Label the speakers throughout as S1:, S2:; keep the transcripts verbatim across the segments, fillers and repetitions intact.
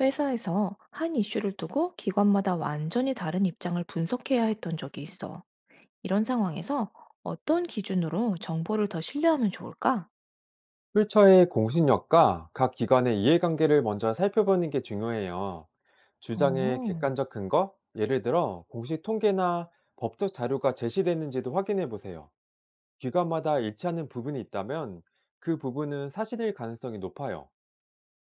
S1: 회사에서 한 이슈를 두고 기관마다 완전히 다른 입장을 분석해야 했던 적이 있어. 이런 상황에서 어떤 기준으로 정보를 더 신뢰하면 좋을까?
S2: 출처의 공신력과 각 기관의 이해관계를 먼저 살펴보는 게 중요해요. 주장의
S1: 어,
S2: 객관적 근거, 예를 들어 공식 통계나 법적 자료가 제시됐는지도 확인해 보세요. 기관마다 일치하는 부분이 있다면 그 부분은 사실일 가능성이 높아요.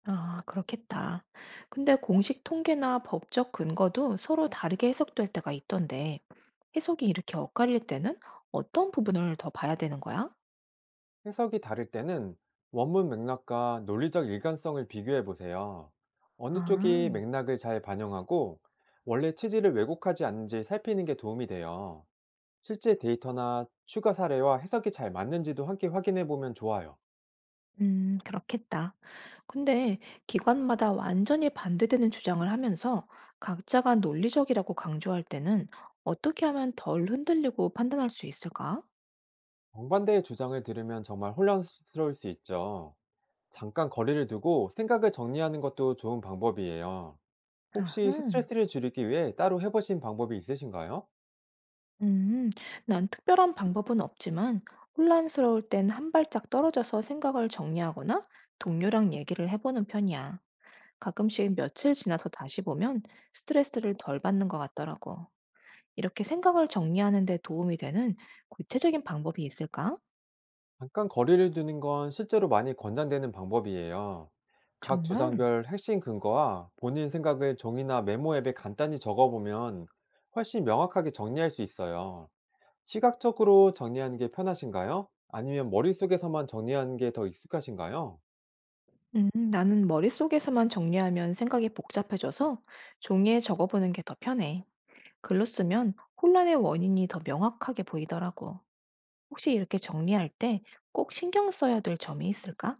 S1: 아, 그렇겠다. 근데 공식 통계나 법적 근거도 서로 다르게 해석될 때가 있던데, 해석이 이렇게 엇갈릴 때는 어떤 부분을 더 봐야 되는 거야?
S2: 해석이 다를 때는 원문 맥락과 논리적 일관성을 비교해 보세요. 어느 쪽이
S1: 아.
S2: 맥락을 잘 반영하고 원래 취지를 왜곡하지 않는지 살피는 게 도움이 돼요. 실제 데이터나 추가 사례와 해석이 잘 맞는지도 함께 확인해 보면 좋아요.
S1: 음, 그렇겠다. 근데 기관마다 완전히 반대되는 주장을 하면서 각자가 논리적이라고 강조할 때는 어떻게 하면 덜 흔들리고 판단할 수 있을까?
S2: 정반대의 주장을 들으면 정말 혼란스러울 수 있죠. 잠깐 거리를 두고 생각을 정리하는 것도 좋은 방법이에요. 혹시
S1: 아하.
S2: 스트레스를 줄이기 위해 따로 해보신 방법이 있으신가요?
S1: 음, 난 특별한 방법은 없지만 혼란스러울 땐 한 발짝 떨어져서 생각을 정리하거나 동료랑 얘기를 해보는 편이야. 가끔씩 며칠 지나서 다시 보면 스트레스를 덜 받는 것 같더라고. 이렇게 생각을 정리하는 데 도움이 되는 구체적인 방법이 있을까?
S2: 잠깐 거리를 두는 건 실제로 많이 권장되는 방법이에요. 각
S1: 정말?
S2: 주장별 핵심 근거와 본인 생각을 종이나 메모 앱에 간단히 적어보면 훨씬 명확하게 정리할 수 있어요. 시각적으로 정리하는 게 편하신가요? 아니면 머릿속에서만 정리하는 게 더 익숙하신가요?
S1: 음, 나는 머릿속에서만 정리하면 생각이 복잡해져서 종이에 적어보는 게 더 편해. 글로 쓰면 혼란의 원인이 더 명확하게 보이더라고. 혹시 이렇게 정리할 때 꼭 신경 써야 될 점이 있을까?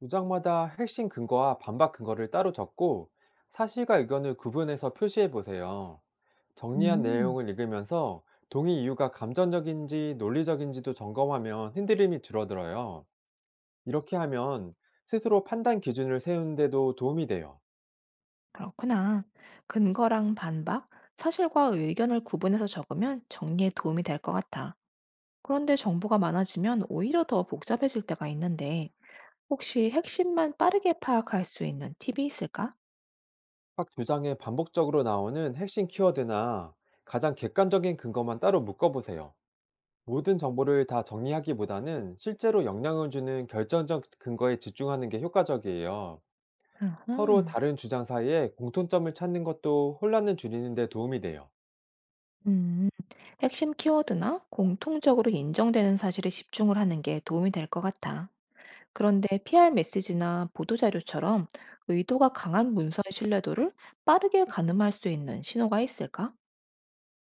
S2: 문장마다 핵심 근거와 반박 근거를 따로 적고 사실과 의견을 구분해서 표시해 보세요. 정리한
S1: 음,
S2: 내용을 읽으면서 동의 이유가 감정적인지 논리적인지도 점검하면 흔들림이 줄어들어요. 이렇게 하면 스스로 판단 기준을 세우는데도 도움이 돼요.
S1: 그렇구나. 근거랑 반박, 사실과 의견을 구분해서 적으면 정리에 도움이 될 것 같아. 그런데 정보가 많아지면 오히려 더 복잡해질 때가 있는데, 혹시 핵심만 빠르게 파악할 수 있는 팁이 있을까?
S2: 각 주장에 반복적으로 나오는 핵심 키워드나 가장 객관적인 근거만 따로 묶어보세요. 모든 정보를 다 정리하기보다는 실제로 영향을 주는 결정적 근거에 집중하는 게 효과적이에요. 서로
S1: 음
S2: 다른 주장 사이에 공통점을 찾는 것도 혼란을 줄이는 데 도움이 돼요.
S1: 음, 핵심 키워드나 공통적으로 인정되는 사실에 집중을 하는 게 도움이 될 것 같아. 그런데 피아르 메시지나 보도자료처럼 의도가 강한 문서의 신뢰도를 빠르게 가늠할 수 있는 신호가 있을까?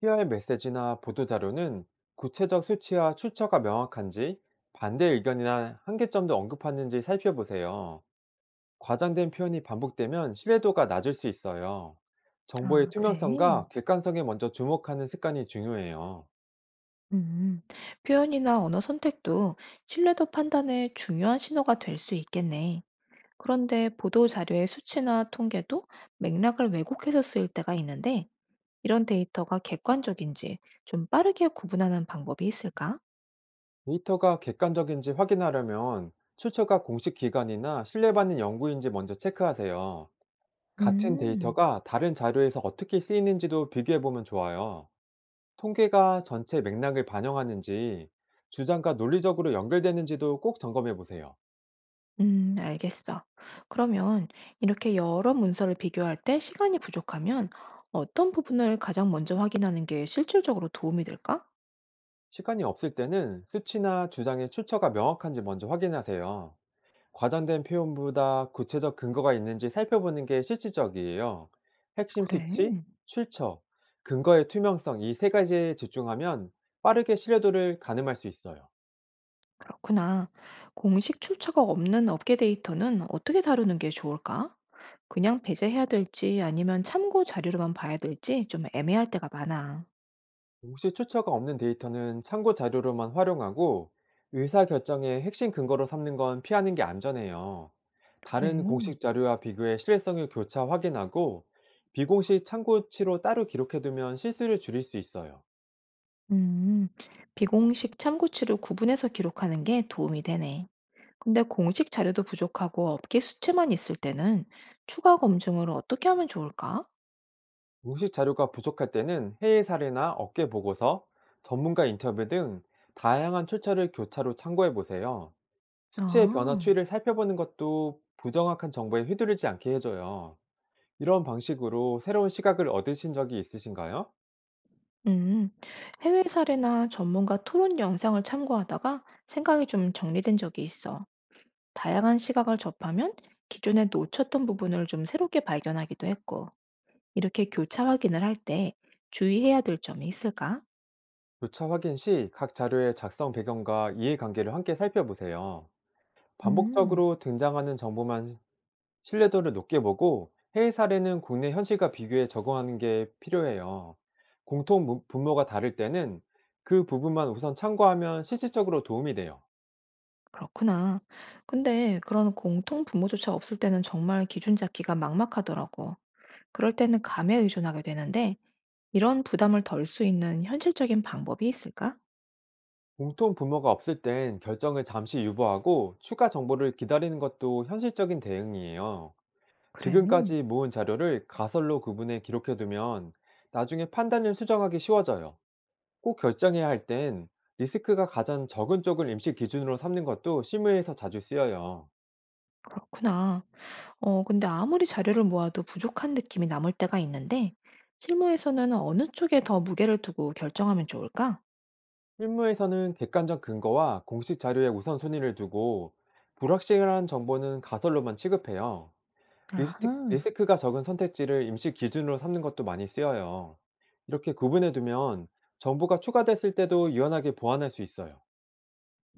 S2: 피알 메시지나 보도자료는 구체적 수치와 출처가 명확한지, 반대 의견이나 한계점도 언급하는지 살펴보세요. 과장된 표현이 반복되면 신뢰도가 낮을 수 있어요. 정보의
S1: 아, 그래.
S2: 투명성과 객관성에 먼저 주목하는 습관이 중요해요.
S1: 음, 표현이나 언어 선택도 신뢰도 판단에 중요한 신호가 될 수 있겠네. 그런데 보도 자료의 수치나 통계도 맥락을 왜곡해서 쓰일 때가 있는데 이런 데이터가 객관적인지 좀 빠르게 구분하는 방법이 있을까?
S2: 데이터가 객관적인지 확인하려면 출처가 공식 기관이나 신뢰받는 연구인지 먼저 체크하세요. 같은
S1: 음,
S2: 데이터가 다른 자료에서 어떻게 쓰이는지도 비교해보면 좋아요. 통계가 전체 맥락을 반영하는지, 주장과 논리적으로 연결되는지도 꼭 점검해보세요.
S1: 음, 알겠어. 그러면 이렇게 여러 문서를 비교할 때 시간이 부족하면 어떤 부분을 가장 먼저 확인하는 게 실질적으로 도움이 될까?
S2: 시간이 없을 때는 수치나 주장의 출처가 명확한지 먼저 확인하세요. 과장된 표현보다 구체적 근거가 있는지 살펴보는 게 실질적이에요. 핵심 수치,
S1: 그래.
S2: 출처, 근거의 투명성 이 세 가지에 집중하면 빠르게 신뢰도를 가늠할 수 있어요.
S1: 그렇구나. 공식 출처가 없는 업계 데이터는 어떻게 다루는 게 좋을까? 그냥 배제해야 될지 아니면 참고 자료로만 봐야 될지 좀 애매할 때가 많아.
S2: 혹시 출처가 없는 데이터는 참고 자료로만 활용하고 의사 결정의 핵심 근거로 삼는 건 피하는 게 안전해요.
S1: 그래.
S2: 다른 공식 자료와 비교해 신뢰성을 교차 확인하고 비공식 참고치로 따로 기록해두면 실수를 줄일 수 있어요.
S1: 음, 비공식 참고치를 구분해서 기록하는 게 도움이 되네. 근데 공식 자료도 부족하고 업계 수치만 있을 때는 추가 검증을 어떻게 하면 좋을까?
S2: 공식 자료가 부족할 때는 해외 사례나 업계 보고서, 전문가 인터뷰 등 다양한 출처를 교차로 참고해 보세요. 수치의 변화
S1: 아,
S2: 추이를 살펴보는 것도 부정확한 정보에 휘두르지 않게 해줘요. 이런 방식으로 새로운 시각을 얻으신 적이 있으신가요?
S1: 음, 해외 사례나 전문가 토론 영상을 참고하다가 생각이 좀 정리된 적이 있어. 다양한 시각을 접하면 기존에 놓쳤던 부분을 좀 새롭게 발견하기도 했고, 이렇게 교차 확인을 할 때 주의해야 될 점이 있을까?
S2: 교차 확인 시 각 자료의 작성 배경과 이해관계를 함께 살펴보세요.
S1: 음.
S2: 반복적으로 등장하는 정보만 신뢰도를 높게 보고 해외 사례는 국내 현실과 비교해 적용하는 게 필요해요. 공통 분- 분모가 다를 때는 그 부분만 우선 참고하면 실질적으로 도움이 돼요.
S1: 그렇구나. 근데 그런 공통 부모조차 없을 때는 정말 기준 잡기가 막막하더라고. 그럴 때는 감에 의존하게 되는데, 이런 부담을 덜 수 있는 현실적인 방법이 있을까?
S2: 공통 분모가 없을 땐 결정을 잠시 유보하고 추가 정보를 기다리는 것도 현실적인 대응이에요.
S1: 그래.
S2: 지금까지 모은 자료를 가설로 구분해 기록해두면 나중에 판단을 수정하기 쉬워져요. 꼭 결정해야 할 땐 리스크가 가장 적은 쪽을 임시 기준으로 삼는 것도 실무에서 자주 쓰여요.
S1: 그렇구나. 어, 근데 아무리 자료를 모아도 부족한 느낌이 남을 때가 있는데, 실무에서는 어느 쪽에 더 무게를 두고 결정하면 좋을까?
S2: 실무에서는 객관적 근거와 공식 자료에 우선순위를 두고 불확실한 정보는 가설로만 취급해요. 리스크,
S1: 아하.
S2: 리스크가 적은 선택지를 임시 기준으로 삼는 것도 많이 쓰여요. 이렇게 구분해 두면 정보가 추가됐을 때도 유연하게 보완할 수 있어요.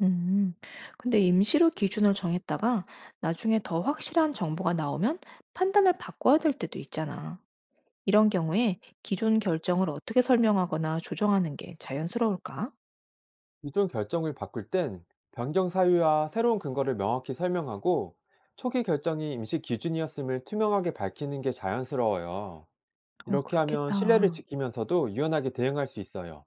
S1: 음, 근데 임시로 기준을 정했다가 나중에 더 확실한 정보가 나오면 판단을 바꿔야 될 때도 있잖아. 이런 경우에 기존 결정을 어떻게 설명하거나 조정하는 게 자연스러울까?
S2: 기존 결정을 바꿀 땐 변경 사유와 새로운 근거를 명확히 설명하고 초기 결정이 임시 기준이었음을 투명하게 밝히는 게 자연스러워요.
S1: 어,
S2: 이렇게 하면 신뢰를
S1: 그렇겠다.
S2: 지키면서도 유연하게 대응할 수 있어요.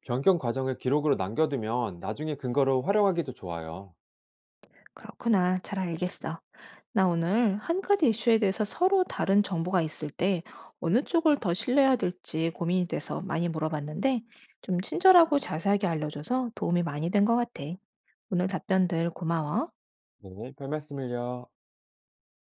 S2: 변경 과정을 기록으로 남겨두면 나중에 근거로 활용하기도 좋아요.
S1: 그렇구나. 잘 알겠어. 나 오늘 한 가지 이슈에 대해서 서로 다른 정보가 있을 때 어느 쪽을 더 신뢰해야 될지 고민이 돼서 많이 물어봤는데 좀 친절하고 자세하게 알려줘서 도움이 많이 된 것 같아. 오늘 답변들 고마워.
S2: 네, 별 말씀을요.